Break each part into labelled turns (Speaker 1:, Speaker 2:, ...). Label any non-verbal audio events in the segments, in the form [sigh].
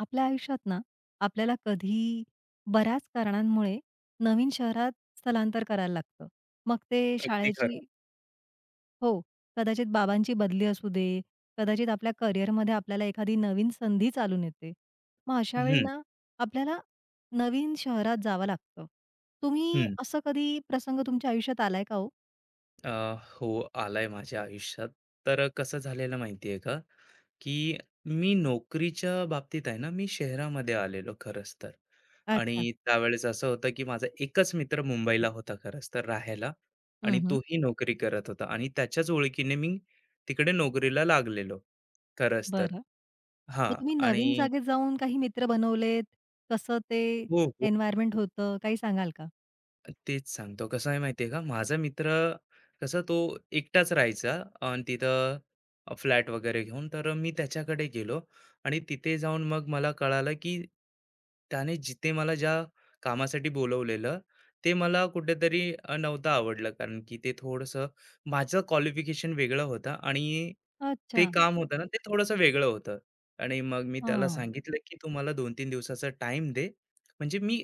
Speaker 1: आपल्या आयुष्यात ना, आपल्याला कधी बऱ्याच कारणांमुळे नवीन शहरात स्थलांतर करायला लागतं. मग ते
Speaker 2: अगदी
Speaker 1: शाळेची
Speaker 2: खरं.
Speaker 1: हो, कदाचित बाबांची बदली असू दे, कदाचित आपल्या करिअरमध्ये आपल्याला एखादी नवीन संधी चालून येते. मग अशा वेळी
Speaker 2: हं,
Speaker 1: ना, आपल्याला नवीन शहरात जावं लागतं. तुम्ही
Speaker 2: हं.
Speaker 1: असं कधी प्रसंग तुमच्या आयुष्यात आलाय का हो?
Speaker 2: अ, हो, आलाय माझ्या आयुष्यात. तर कसं झालेलं माहिती का, की नोकरीच्या बाबतीत आहे ना, मी शहरामध्ये आलेलो खरंच तर.
Speaker 1: अच्छा.
Speaker 2: आणि त्यावेळेस असं होतं, की माझा एकच मित्र मुंबईला होता खरंच तर राहायला
Speaker 1: हं,
Speaker 2: आणि
Speaker 1: हं.
Speaker 2: तोही नोकरी करत होता आणि त्याच्याच ओळखीने मी तिकडे नोकरीला लागलेलो, खरंच तर.
Speaker 1: बरं. मग
Speaker 2: हां
Speaker 1: तुम्ही नवीन
Speaker 2: आणि
Speaker 1: जागेत जाऊन काही मित्र बनवलेत? कसं ते
Speaker 2: हो, हो.
Speaker 1: एन्व्हायर्नमेंट होतं? काही सांगाल का?
Speaker 2: तेच सांगतो. कसं आहे माहिती का, माझा मित्र कसं तो एकटाच राहायचा आणि तिथं फ्लॅट वगैरे घेऊन. तर मी त्याच्याकडे गेलो आणि तिथे जाऊन मग मला कळालं, की त्याने मला ज्या कामासाठी बोलवलेलं, ते मला कुठेतरी नव्हतं आवडलं. कारण की ते थोडंसं माझं क्वालिफिकेशन वेगळं होतं आणि ते
Speaker 1: अच्छा.
Speaker 2: काम होतं ना, ते थोडंसं वेगळं होतं. आणि मग मी त्याला
Speaker 1: हां.
Speaker 2: सांगितलं, की "तू मला 2-3 दिवसाचा टाईम दे." म्हणजे मी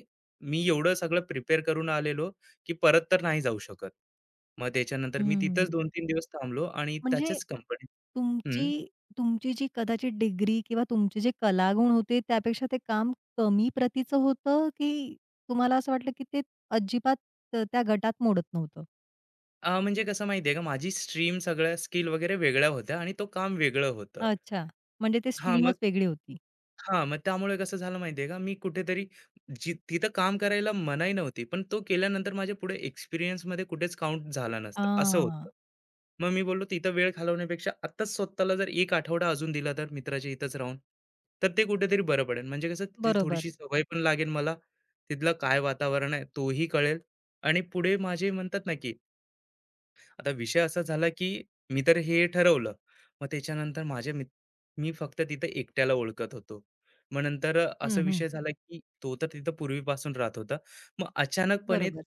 Speaker 2: मी एवढं सगळं प्रिपेअर करून आलेलो, की परत तर नाही जाऊ शकत. मग त्याच्यानंतर मी तिथंच
Speaker 1: हं.
Speaker 2: दोन तीन दिवस थांबलो आणि
Speaker 1: म्हणजे
Speaker 2: त्याच्याच कंपनीत हं.
Speaker 1: तुमची तुमची जी कदाचित डिग्री किंवा तुमचे जे कलागुण होते त्यापेक्षा ते काम कमी प्रतीचं होतं, की तुम्हाला असं वाटलं, की ते अजिबात त्या गटात मोडत नव्हतं?
Speaker 2: म्हणजे कसं माहिती आहे का, माझी स्ट्रीम सगळ्या स्किल वगैरे वेगळ्या होत्या आणि तो काम वेगळं होतं.
Speaker 1: अच्छा. म्हणजे ते
Speaker 2: हां,
Speaker 1: स्ट्रीमच
Speaker 2: मग
Speaker 1: वेगळी होती.
Speaker 2: हां, मग त्यामुळे कसं झालं माहितीये का, मी कुठेतरी तिथं काम करायला मनाई नव्हती, पण तो केल्यानंतर माझ्या पुढे एक्सपिरियन्समध्ये कुठेच काउंट झाला नसता, असं होतं.
Speaker 1: हां.
Speaker 2: मग मी बोललो तिथं वेळ घालवण्यापेक्षा आत्ताच स्वतःला जर एक आठवडा अजून दिला तर मित्राच्या इथंच राहून, तर ते कुठेतरी बरं पडेल. म्हणजे कसं तिथली
Speaker 1: बरोबर.
Speaker 2: थोडीशी सवय पण लागेल मला, तिथलं काय वातावरण आहे तोही कळेल आणि पुढे माझे म्हणतात ना, की आता विषय असा झाला की मी तर हे ठरवलं. मग त्याच्यानंतर माझ्या मित मी फक्त तिथं एकट्याला ओळखत होतो. मग नंतर असा
Speaker 1: हं, हं.
Speaker 2: विषय झाला की तो तर तिथं पूर्वीपासून राहत होता. मग अचानकपणे
Speaker 1: बरोबर.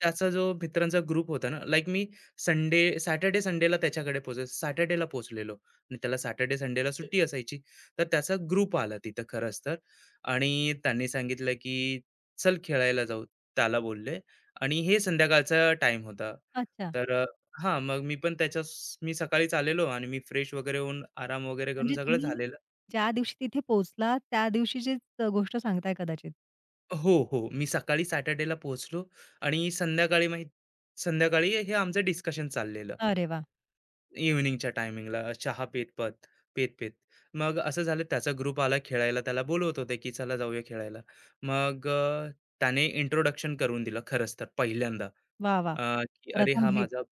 Speaker 2: त्याचा जो मित्रांचा ग्रुप होता ना, लाइक मी संडे सॅटर्डे, संडेला त्याच्याकडे पोहोचायचो. सॅटर्डेला पोहोचलेलो आणि त्याला सॅटर्डे, संडेला सुट्टी असायची. तर त्याचा ग्रुप आला तिथं खरंच तर आणि त्यांनी सांगितलं की "चल खेळायला जाऊ." त्याला बोलले आणि हे संध्याकाळचा टाईम होता.
Speaker 1: अच्छा.
Speaker 2: तर हां, मग मी पण त्याच्यास मी सकाळीच आलेलो आणि मी फ्रेश वगैरे होऊन आराम वगैरे करून
Speaker 1: म्हणजे
Speaker 2: सगळं
Speaker 1: तुम्ही
Speaker 2: झालेलं.
Speaker 1: ज्या दिवशी तिथे पोहोचला त्या दिवशीचीच गोष्ट सांगताय कदाचित?
Speaker 2: हो, हो. मी सकाळी सॅटर्डेला पोहोचलो आणि संध्याकाळी हे आमचं डिस्कशन चाललेलं.
Speaker 1: अरे वाह!
Speaker 2: इव्हनिंगच्या टायमिंगला चहा पेत-पेत मग असं झालं त्याचा ग्रुप आला खेळायला त्याला बोलवत होते की चला जाऊया खेळायला. मग त्याने इंट्रोडक्शन करून दिलं खरंच तर पहिल्यांदा,
Speaker 1: वाह, वाह!
Speaker 2: की अरे
Speaker 1: प्रथम भेट.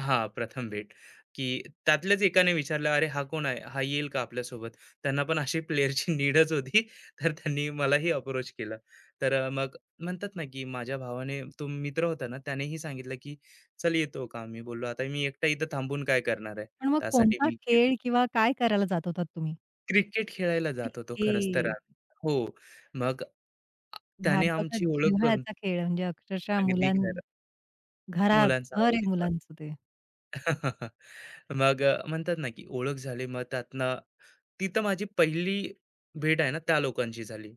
Speaker 2: हा प्रथम भेट. की त्यातल्याच एकाने विचारलं अरे हा कोण आहे हा येईल का आपल्यासोबत. त्यांना पण अशी प्लेअरची नीडच होती. [laughs] तर त्यांनी मलाही अप्रोच केलं. तर मग म्हणतात ना की माझ्या भावाने तो मित्र होता ना त्यानेही सांगितलं की चल येतो का? मी बोललो, "आता मी एकटा इथं थांबून काय करणार आहे?"
Speaker 1: पण मग
Speaker 2: त्यासाठी
Speaker 1: कोणता
Speaker 2: मी क्रि
Speaker 1: खेळ किंवा काय करायला जात होतात तुम्ही?
Speaker 2: क्रिकेट खेळायला जात होतो
Speaker 1: ओके.
Speaker 2: खरंच तर आम्ही. हो, मग आ- त्याने
Speaker 1: भारताचा
Speaker 2: आमची ओळख करून
Speaker 1: जिव्हाळ्याचा खेळ म्हणजे अक्षरशः
Speaker 2: अगदी
Speaker 1: मुलां
Speaker 2: खरं.
Speaker 1: घरात
Speaker 2: मुलांचा
Speaker 1: घर आहे
Speaker 2: आवडीचा.
Speaker 1: मुलांचं ते.
Speaker 2: [laughs] मग म्हणतात ना, की ओळख झाली. मग त्यातनं तिथं माझी पहिली भेट आहे ना, त्या लोकांची झाली.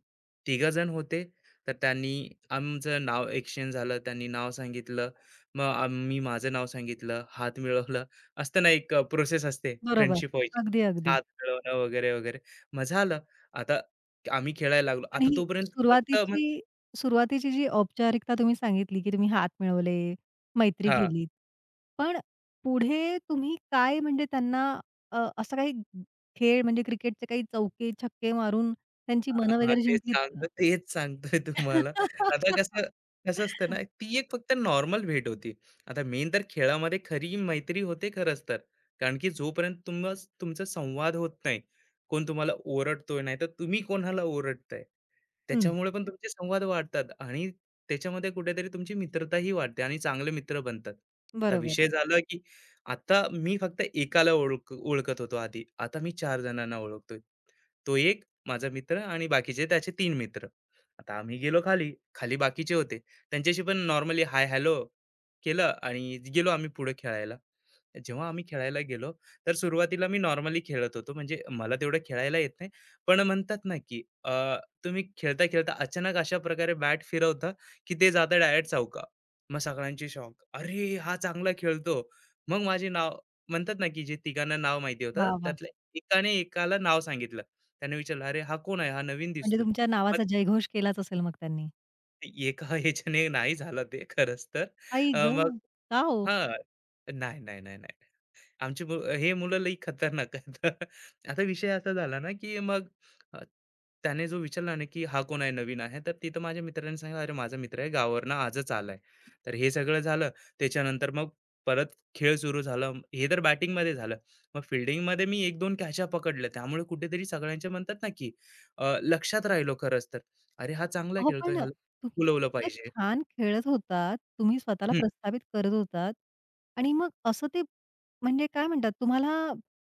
Speaker 2: तिघजण होते. तर त्यांनी आमचं नाव एक्सचेंज झालं. त्यांनी नाव सांगितलं. मग आम्ही माझं नाव सांगितलं. हात मिळवला. असतं ना, एक प्रोसेस असते
Speaker 1: बरोबर.
Speaker 2: फ्रेंडशिप व्हायची.
Speaker 1: अगदी, अगदी.
Speaker 2: हात मिळवणं वगैरे, वगैरे. मग झालं. आता आम्ही खेळायला लागलो.
Speaker 1: आणि
Speaker 2: आता
Speaker 1: ही
Speaker 2: तोपर्यंत फक्त
Speaker 1: सुरुवातीची सुरुवातीची जी औपचारिकता तुम्ही सांगितली, की तुम्ही हात मिळवले, मैत्री
Speaker 2: हां.
Speaker 1: केलीत. पण पुढे तुम्ही काय म्हणजे त्यांना असं काही खेळ म्हणजे क्रिकेटचे काही चौके, छक्के मारून त्यांची
Speaker 2: हां,
Speaker 1: मनं
Speaker 2: हां.
Speaker 1: वगैरे जिंकलीत का?
Speaker 2: तेच सांगतोय तुम्हाला. आता
Speaker 1: [laughs]
Speaker 2: कसं कसं असतं ना, ती एक फक्त नॉर्मल भेट होती. आता मेन तर खेळामध्ये खरी मैत्री होते खरंच तर. कारण की जोपर्यंत तुम्हा तुमचा संवाद होत नाही, कोण तुम्हाला ओरडतोय, नाहीतर तुम्ही कोणाला ओरडताय.
Speaker 1: हं.
Speaker 2: त्याच्यामुळे पण तुमचे संवाद वाढतात आणि त्याच्यामध्ये कुठेतरी तुमची मित्रताही वाढते आणि चांगले मित्र बनतात. आता
Speaker 1: बरोबर.
Speaker 2: विषय झाला की आता मी फक्त एकाला ओळखत होतो आधी. आता मी 4 जणांना ओळखतोय. तो एक माझा मित्र आणि बाकीचे त्याचे तीन मित्र. आता आम्ही गेलो खाली. खाली बाकीचे होते. त्यांच्याशी पण नॉर्मली हाय हॅलो केलं आणि गेलो आम्ही पुढे खेळायला. जेव्हा आम्ही खेळायला गेलो, तर सुरुवातीला मी नॉर्मली खेळत होतो. म्हणजे मला तेवढं खेळायला येत नाही. पण म्हणतात ना, की तुम्ही खेळता-खेळता अचानक अशा प्रकारे बॅट फिरवता, की ते जातं डायरेक्ट चौका. मग सगळ्यांची शॉक. "अरे! हा चांगला खेळतो." मग माझे नाव म्हणतात ना, की जे तिघांना नाव माहिती होतं,
Speaker 1: वाह, वाह!
Speaker 2: त्यातल्या एकाने एकाला नाव सांगितलं. त्याने विचारलं, "अरे! हा कोण आहे? हा नवीन
Speaker 1: म्हणजे
Speaker 2: दिसतोय."
Speaker 1: तुमच्या
Speaker 2: मग
Speaker 1: नावाचा जयघोष केलाच असेल मग त्यांनी.
Speaker 2: एका ह्याच्याने नाही झालं ते खरंच तर.
Speaker 1: आई
Speaker 2: अ, मग
Speaker 1: गं! का हो?
Speaker 2: हां. नाही, नाही, नाही, नाही. आमची मु हे मुलं लई खतरनाक आहेत. [laughs] आता विषय असा झाला ना, की मग अ, त्याने जो विचारला ना, की हा कोण आहे नवीन आहे, तर तिथं माझ्या मित्राने सांगितलं, "अरे माझा मित्र आहे गावावरनं आजच आलाय." तर हे सगळं झालं. त्याच्यानंतर मग परत खेळ सुरू झाला. हे तर बॅटिंगमध्ये झालं. मग फील्डिंगमध्ये मी 1-2 कॅचा पकडल्या. त्यामुळे कुठेतरी सगळ्यांचे म्हणतात ना, की लक्षात राहिलो खरंच तर. अरे हा चांगला
Speaker 1: अहो,
Speaker 2: खेळतोय,
Speaker 1: पण
Speaker 2: ह्याला
Speaker 1: तुम्ही
Speaker 2: बोलवलं
Speaker 1: इतकं
Speaker 2: पाहिजे.
Speaker 1: छान खेळत होतात, तुम्ही स्वतःला प्रस्थापित करत होतात आणि मग असं ते म्हणजे काय म्हणतात तुम्हाला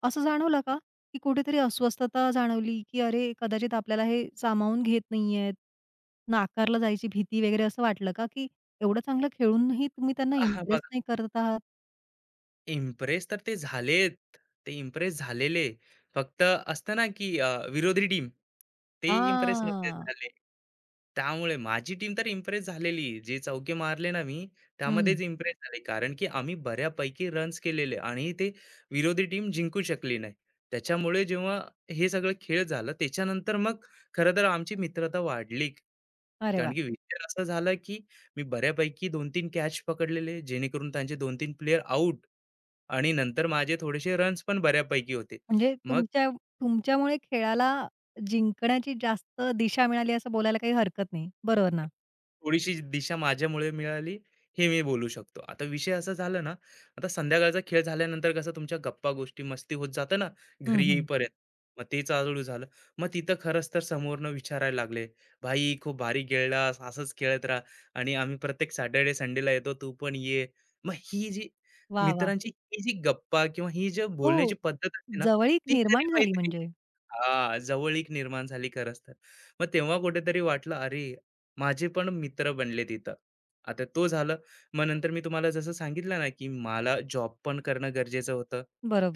Speaker 1: असं जाणवलं का, की कुठेतरी अस्वस्थता जाणवली, की अरे कदाचित आपल्याला हे सामावून घेत नाहीयेत, नाकारलं जायची भीती वगैरे असं वाटलं का, की एवढं चांगलं खेळूनही तुम्ही त्यांना
Speaker 2: हं.
Speaker 1: इम्प्रेस नाही करत आहात?
Speaker 2: इम्प्रेस तर ते झालेत. ते इम्प्रेस झालेले. फक्त असतं ना, की विरोधी टीम ते इम्प्रेस नव्हते
Speaker 1: हां.
Speaker 2: झाले. त्यामुळे माझी टीम तर इम्प्रेस झालेली. जे चौके मारले ना मी,
Speaker 1: हं.
Speaker 2: त्यामध्येच इम्प्रेस झाले. कारण की आम्ही बऱ्यापैकी रन्स केलेले आणि ते विरोधी टीम जिंकू शकली नाही. त्याच्यामुळे जेव्हा हे सगळं खेळ झालं, त्याच्यानंतर मग खरं तर आमची मित्रता वाढली.
Speaker 1: अरे
Speaker 2: कारण
Speaker 1: वाह!
Speaker 2: की विचार असा झाला, की मी बऱ्यापैकी 2-3 कॅच पकडलेले, जेणेकरून त्यांचे 2-3 प्लेयर आउट. आणि नंतर माझे थोडेसे रन्स पण बऱ्यापैकी होते.
Speaker 1: म्हणजे
Speaker 2: मग
Speaker 1: तुमच्यामुळे खेळाला जिंकण्याची जास्त दिशा मिळाली असं बोलायला काही हरकत नाही. बरोबर ना?
Speaker 2: थोडीशी दिशा माझ्यामुळे मिळाली, हे मी बोलू शकतो. आता विषय असा झाला ना, आता संध्याकाळचा खेळ झाल्यानंतर कसं तुमच्या गप्पा-गोष्टी, मस्ती होत जातं ना
Speaker 1: हं,
Speaker 2: घरी
Speaker 1: हं.
Speaker 2: येईपर्यंत. मग ते चालू झालं. मग तिथं खरंच तर समोरनं विचारायला लागले, "भाई खूप भारी खेळलास, असंच खेळत राहा आणि आम्ही प्रत्येक सॅटर्डे संडेला येतो, तू पण ये." मग ही जी
Speaker 1: वाह! वाह!
Speaker 2: मित्रांची ही जी गप्पा किंवा ही जी
Speaker 1: हो,
Speaker 2: बोलण्याची पद्धत असते ना,
Speaker 1: जवळीक
Speaker 2: ती खरी
Speaker 1: निर्माण झाली
Speaker 2: मैत्री.
Speaker 1: म्हणजे.
Speaker 2: हां, जवळीक निर्माण झाली खरंच तर. मग तेव्हा कुठेतरी वाटलं, अरे, माझे पण मित्र बनले तिथं. आता तो झालं. मग नंतर मी तुम्हाला जसं सांगितलं ना, की मला जॉब पण करणं गरजेचं होतं.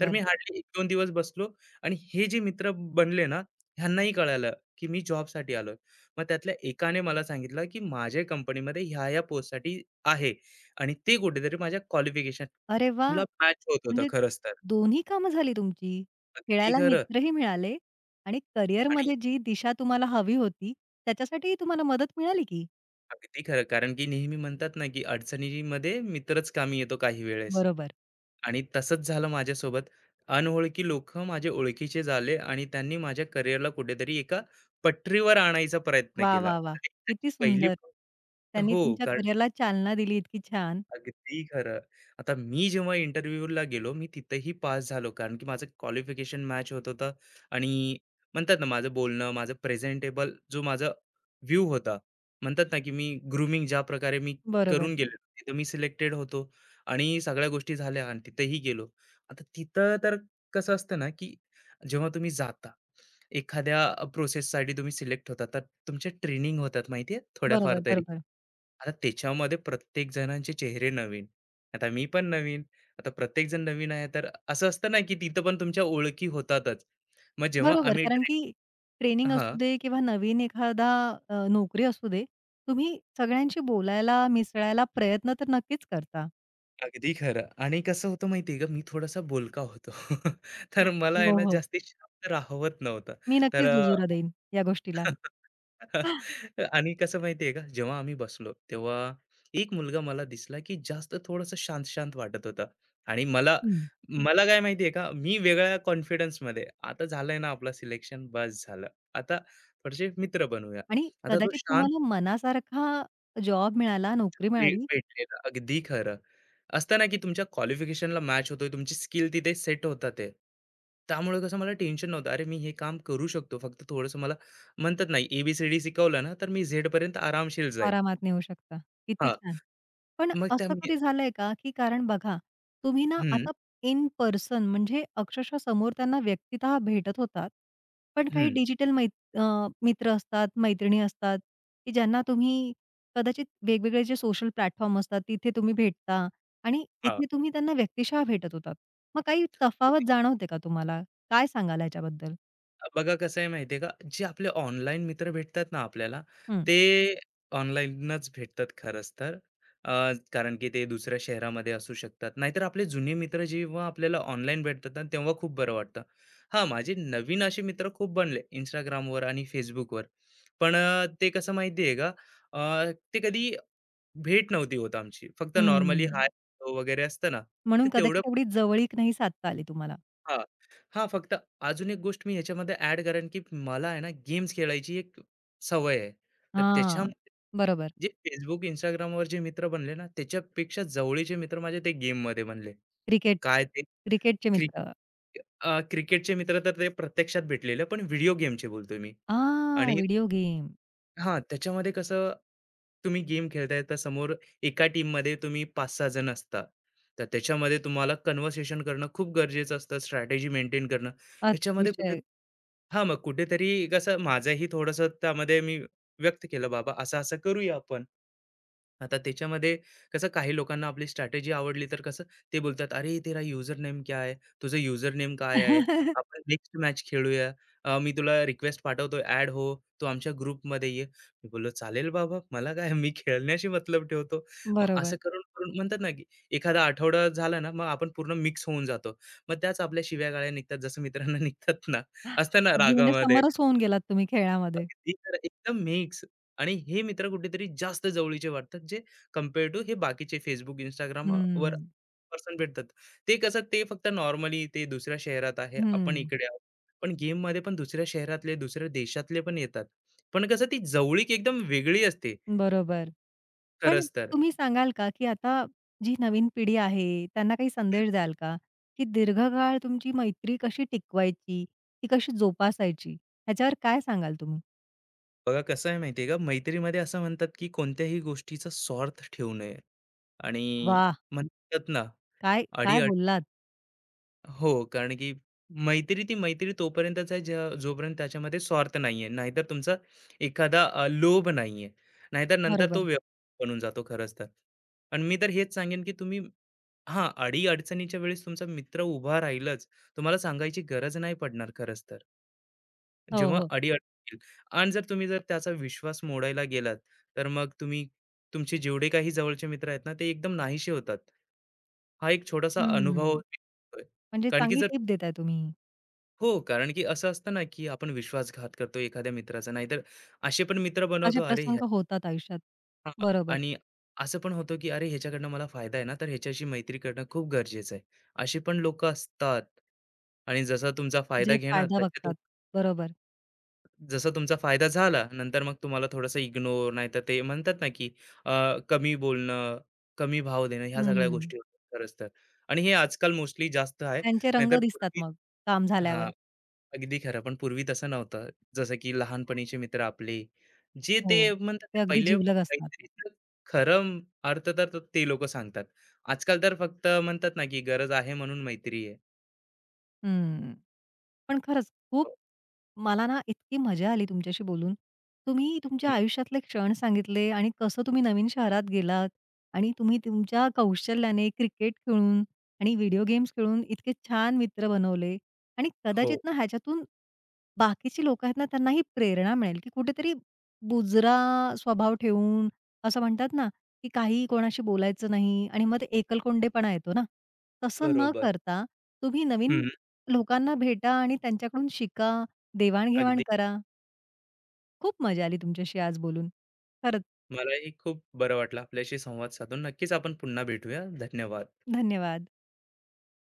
Speaker 2: तर मी हार्डली 1-2 दिवस बसलो आणि हे जे मित्र बनले ना, ह्यांनाही कळालं, की मी जॉबसाठी आलोय. मग त्यातल्या एकाने मला सांगितलं, की माझ्या कंपनीमध्ये ह्या-ह्या पोस्टसाठी आहे आणि ते कुठेतरी माझ्या क्वालिफिकेशनला
Speaker 1: अरे वाह!
Speaker 2: मॅच होत होतं
Speaker 1: म्हणजे
Speaker 2: खरंच तर.
Speaker 1: दोन्ही कामं झाली तुमची.
Speaker 2: अगदी
Speaker 1: खेळायला
Speaker 2: खरं
Speaker 1: मित्रही मिळाले आणि
Speaker 2: आणि
Speaker 1: करिअरमध्ये जी दिशा तुम्हाला हवी होती, त्याच्यासाठीही तुम्हाला मदत मिळाली की.
Speaker 2: अगदी खरं. कारण की नेहमी म्हणतात ना, की अडचणीमध्ये मित्रच कामी येतो काही वेळेस.
Speaker 1: बरोबर.
Speaker 2: आणि तसंच झालं माझ्यासोबत. अनओळखी लोकं माझे ओळखीचे झाले आणि त्यांनी माझ्या करिअरला कुठेतरी एका पटरीवर आणायचा प्रयत्न
Speaker 1: वाह!
Speaker 2: केला.
Speaker 1: वाह! वाह!
Speaker 2: त्याची
Speaker 1: किती
Speaker 2: पहिली
Speaker 1: सुंदर. त्यांनी
Speaker 2: हो.
Speaker 1: तुमच्या करिअरला चालना दिली इतकी छान.
Speaker 2: अगदी खरं. आता मी जेव्हा इंटरव्ह्यूला गेलो, मी तिथेही पास झालो, कारण की माझं क्वालिफिकेशन मॅच होत होतं आणि म्हणतात ना, माझं बोलणं, माझं प्रेझेंटेबल जो माझा व्ह्यू होता, म्हणतात ना, की मी ग्रूमिंग ज्या प्रकारे मी करून
Speaker 1: बरोबर.
Speaker 2: हं. तिथं मी सिलेक्टेड होतो आणि सगळ्या गोष्टी झाल्या आणि तिथेही गेलो. आता तिथं तर कसं असतं ना, की जेव्हा तुम्ही जाता, एखाद्या प्रोसेससाठी तुम्ही सिलेक्ट होता, तर तुमच्या ट्रेनिंग होतात, माहिती थोड्याफार
Speaker 1: बरोबर,
Speaker 2: तरी.
Speaker 1: बरोबर.
Speaker 2: आता त्याच्यामध्ये प्रत्येक जणांचे चेहरे नवीन. आता मी पण नवीन. आता प्रत्येक जण नवीन आहे, तर असं असतं ना, की तिथं पण तुमच्या ओळखी होतातच. मग जेव्हा
Speaker 1: बरोबर.
Speaker 2: आम्ही
Speaker 1: कारण की ट्रेनिंग असू
Speaker 2: हां.
Speaker 1: दे किंवा नवीन एखादा नोकरी असू दे, तुम्ही सगळ्यांशी बोलायला, मिसळायला प्रयत्न तर नक्कीच करता.
Speaker 2: अगदी खरं आणि कसं होतं माहितीये का, मी थोडासा बोलका होतो. [laughs] तर मला आहे
Speaker 1: हो,
Speaker 2: ना
Speaker 1: हो.
Speaker 2: जास्ती शांत राहवत नव्हतं.
Speaker 1: मी
Speaker 2: तर
Speaker 1: नक्कीच दुजोरा देईन या गोष्टीला.
Speaker 2: [laughs] आणि कसं माहितीये का, जेव्हा आम्ही बसलो, तेव्हा एक मुलगा मला दिसला, की जास्त थोडंसं शांत-शांत वाटत होता आणि मला
Speaker 1: हं.
Speaker 2: मला काय माहितीये का, मी वेगळ्या कॉन्फिडन्समध्ये, आता झालंय ना आपलं सिलेक्शन, बस झालं. आता थोडेसे मित्र बनवूया.
Speaker 1: आणि
Speaker 2: आता तो
Speaker 1: कदाचित
Speaker 2: शांत
Speaker 1: तुम्हाला मनासारखा जॉब मिळाला, नोकरी मिळाली
Speaker 2: भेटलेलं. अगदी खरं. असतं ना, की तुमच्या क्वालिफिकेशनला मॅच होतोय, तुमची स्किल तिथे सेट होतात ते. त्यामुळे कसं मला टेन्शन नव्हतं. अरे, मी हे काम करू शकतो. फक्त थोडंसं मला म्हणतात ना, ए-बी-सी-डी शिकवलं ना, तर मी झेडपर्यंत आरामशीर जाईल.
Speaker 1: आरामात नेऊ शकता. किती
Speaker 2: हां,
Speaker 1: छान. पण
Speaker 2: मग त्या
Speaker 1: असं
Speaker 2: मी
Speaker 1: कधी झालंय का, की कारण बघा, तुम्ही ना
Speaker 2: हं,
Speaker 1: आता इन पर्सन म्हणजे अक्षरशः समोर त्यांना व्यक्तितः भेटत होतात. पण काही
Speaker 2: हं.
Speaker 1: डिजिटल अ, मित्र असतात, मैत्रिणी असतात, की ज्यांना तुम्ही कदाचित वेगवेगळे जे सोशल प्लॅटफॉर्म असतात, तिथे तुम्ही भेटता आणि
Speaker 2: हां.
Speaker 1: इथे तुम्ही त्यांना व्यक्तिशः भेटत होतात. मग काही तफावत जाणवते का तुम्हाला? काय सांगाल ह्याच्याबद्दल?
Speaker 2: बघा कसं आहे माहिती आहे का, जे आपले ऑनलाईन मित्र भेटतात ना आपल्याला,
Speaker 1: हं.
Speaker 2: ते ऑनलाईनच भेटतात खरंच तर. अ, कारण की ते दुसऱ्या शहरामध्ये असू शकतात. नाहीतर आपले जुने मित्र जेव्हा आपल्याला ऑनलाईन भेटतात ना, तेव्हा खूप बरं वाटतं. हां, माझे नवीन असे मित्र खूप बनले Instagramवर आणि Facebookवर. पण ते कसं माहिती आहे का, ते कधी भेट नव्हती होत आमची. फक्त नॉर्मली
Speaker 1: हं.
Speaker 2: हाय वगैरे असतं ना, ते
Speaker 1: म्हणून
Speaker 2: तेवढं
Speaker 1: कदाचित एवढी जवळीक नाही साधता आली तुम्हाला.
Speaker 2: हां. हां, फक्त अजून एक गोष्ट मी ह्याच्यामध्ये ॲड करेन, की मला आहे ना गेम्स खेळायची एक सवय आहे. तर
Speaker 1: हां,
Speaker 2: त्याच्यामध्ये
Speaker 1: बरोबर.
Speaker 2: जे Facebook, Instagramवर जे मित्र बनले ना, त्याच्यापेक्षा जवळीचे मित्र माझे ते गेममध्ये बनले.
Speaker 1: क्रिकेट,
Speaker 2: काय ते
Speaker 1: क्रिकेटचे
Speaker 2: क्रिक
Speaker 1: मित्र.
Speaker 2: अ, क्रिकेटचे मित्र तर ते प्रत्यक्षात भेटलेले, पण व्हिडिओ गेमचे बोलतोय मी
Speaker 1: आ,
Speaker 2: आणि
Speaker 1: व्हिडिओ गेम.
Speaker 2: हां, त्याच्यामध्ये कसं तुम्ही गेम खेळताय तर समोर एका टीममध्ये तुम्ही 5-6 जण असता. तर त्याच्यामध्ये तुम्हाला कन्व्हर्सेशन करणं खूप गरजेचं असतं, स्ट्रॅटेजी मेंटेन करणं. याच्यामध्ये कुठे
Speaker 1: अतिशय.
Speaker 2: हां, मग कुठेतरी कसं माझंही थोडंसं त्यामध्ये मी व्यक्त केलं, "बाबा असं-असं करूया आपण." आता त्याच्यामध्ये कसं काही लोकांना आपली स्ट्रॅटेजी आवडली तर कसं ते बोलतात अरे तेरा युजर नेम क्या आहे, तुझं युजर नेम काय आहे,
Speaker 1: [laughs]
Speaker 2: आपण नेक्स्ट मॅच खेळूया, मी तुला रिक्वेस्ट पाठवतो ऍड हो, तू आमच्या ग्रुपमध्ये ये. मी बोललो चालेल बाबा मला काय मी खेळण्याशी मतलब ठेवतो. मग
Speaker 1: बरोबर.
Speaker 2: असं करून करून म्हणतात ना की एखादा आठवडा झाला ना मग आपण पूर्ण मिक्स होऊन जातो. मग त्याच आपल्या शिव्या गाळ्या निघतात जसं मित्रांना [laughs] निघतात ना, असतं ना
Speaker 1: अगदी म्हणजे
Speaker 2: रागामध्ये.
Speaker 1: समरस होऊन गेलात तुम्ही खेळामध्ये.
Speaker 2: अगदी खरं, एकदम मिक्स. आणि हे मित्र कुठेतरी जास्त जवळीचे वाटतात जे कम्पेअर टू हे बाकीचे फेसबुक इंस्टाग्राम
Speaker 1: हं,
Speaker 2: वर पर्सन भेटतात. ते कसं ते फक्त नॉर्मली ते दुसऱ्या शहरात आहे, आपण
Speaker 1: हं.
Speaker 2: इकडे आहोत. पण गेममध्ये पण दुसऱ्या शहरातले, दुसऱ्या देशातले पण येतात. पण कसं ती जवळीक एकदम वेगळी असते
Speaker 1: बरोबर. पण
Speaker 2: खरंच तर.
Speaker 1: तुम्ही सांगाल का, की आता जी नवीन पिढी आहे, त्यांना काही संदेश द्याल का, की दीर्घकाळ तुमची मैत्री कशी टिकवायची, ती कशी जोपासायची? ह्याच्यावर काय सांगाल तुम्ही?
Speaker 2: बघा कसं आहे माहिती का, मैत्रीमध्ये असं म्हणतात की कोणत्याही गोष्टीचा स्वार्थ ठेवू नये आणि
Speaker 1: वाह!
Speaker 2: म्हणतात ना,
Speaker 1: काय,
Speaker 2: अडी
Speaker 1: काय बोललात.
Speaker 2: हो, कारण की मैत्री ती मैत्री तोपर्यंतच आहे ज्या जोपर्यंत त्याच्यामध्ये स्वार्थ नाहीये. नाहीतर तुमचा एखादा लोभ नाहीये. नाहीतर नंतर तो
Speaker 1: बरोबर.
Speaker 2: व्यवसाय बनून जातो खरंच तर. आणि मी तर हेच सांगेन की हां, अडी-अडचणीच्या वेळेस तुमचा मित्र उभा राहीलच. तुम्हाला सांगायची गरज नाही पडणार खरंच तर.
Speaker 1: हो,
Speaker 2: जेव्हा
Speaker 1: हो.
Speaker 2: अडी-अडचणी येईल आणि जर तुम्ही त्याचा विश्वास मोडायला गेलात, तर मग तुमचे जेवढे काही जवळचे मित्र आहेत ना, ते एकदम नाहीसे होतात. हा एक छोटासा अनुभव
Speaker 1: हं.
Speaker 2: होतोय.
Speaker 1: म्हणजे
Speaker 2: कारण की
Speaker 1: चांगली
Speaker 2: जर
Speaker 1: टिप देताय तुम्ही.
Speaker 2: हो, कारण की असं असतं ना, की आपण विश्वासघात करतो एखाद्या मित्राचा. नाहीतर असे पण मित्र
Speaker 1: असे
Speaker 2: बनवतो, अरे ह्या
Speaker 1: प्रसंग होतात आयुष्यात.
Speaker 2: हां,
Speaker 1: बरोबर.
Speaker 2: आणि असं पण होतं, की अरे ह्याच्याकडनं मला फायदा आहे ना, तर ह्याच्याशी मैत्री करणं खूप गरजेचं आहे. अशी पण लोकं असतात आणि जसा तुमचा फायदा
Speaker 1: जे
Speaker 2: घेणार,
Speaker 1: फायदा
Speaker 2: तसे तुम
Speaker 1: बघतात. बरोबर.
Speaker 2: जसा तुमचा फायदा झाला, नंतर मग तुम्हाला थोडंसं इग्नोर, नाहीतर ते म्हणतात ना, की कमी बोलणं, कमी भाव देणं, ह्या सगळ्या
Speaker 1: हं.
Speaker 2: गोष्टी होतात खरंच तर. आणि हे आजकाल मोस्टली जास्त आहे.
Speaker 1: त्यांचे रंग
Speaker 2: नाहीतर
Speaker 1: दिसतात
Speaker 2: पूर्वी
Speaker 1: मग काम झाल्यावर.
Speaker 2: हां. अगदी खरं. पण पूर्वी तसं नव्हतं. जसं की लहानपणीचे मित्र आपले, जे ते
Speaker 1: हो.
Speaker 2: म्हणतात
Speaker 1: ते
Speaker 2: ना,
Speaker 1: अगदी
Speaker 2: पहिले
Speaker 1: जिवलग असतात.
Speaker 2: काहीतरी खरं अर्थ तर ते लोकं सांगतात. आजकाल तर फक्त म्हणतात ना, की गरज आहे म्हणून मैत्री आहे.
Speaker 1: हं. पण खरंच खूप
Speaker 2: हो,
Speaker 1: मला ना इतकी मजा आली तुमच्याशी बोलून. तुम्ही तुमच्या
Speaker 2: हं,
Speaker 1: आयुष्यातले क्षण सांगितले आणि कसं तुम्ही नवीन शहरात गेलात आणि तुम्ही तुमच्या कौशल्याने क्रिकेट खेळून आणि व्हिडिओ गेम्स खेळून इतके छान मित्र बनवले आणि कदाचित
Speaker 2: हो,
Speaker 1: ना ह्याच्यातून बाकीची लोकं आहेत ना त्यांनाही प्रेरणा मिळेल, की कुठेतरी बुजरा स्वभाव ठेवून असं म्हणतात ना, की काही कोणाशी बोलायचं नाही आणि मग ते एकलकोंडेपणा येतो ना. तसं न
Speaker 2: बरोबर.
Speaker 1: करता तुम्ही नवीन
Speaker 2: हं,
Speaker 1: लोकांना भेटा आणि त्यांच्याकडून शिका देवाण-घेवाण
Speaker 2: अगदी.
Speaker 1: करा. खूप मजा आली तुमच्याशी आज बोलून. खरंच
Speaker 2: मलाही खूप बरं वाटलं आपल्याशी संवाद साधून. नक्कीच आपण पुन्हा भेटूया. धन्यवाद.
Speaker 1: धन्यवाद.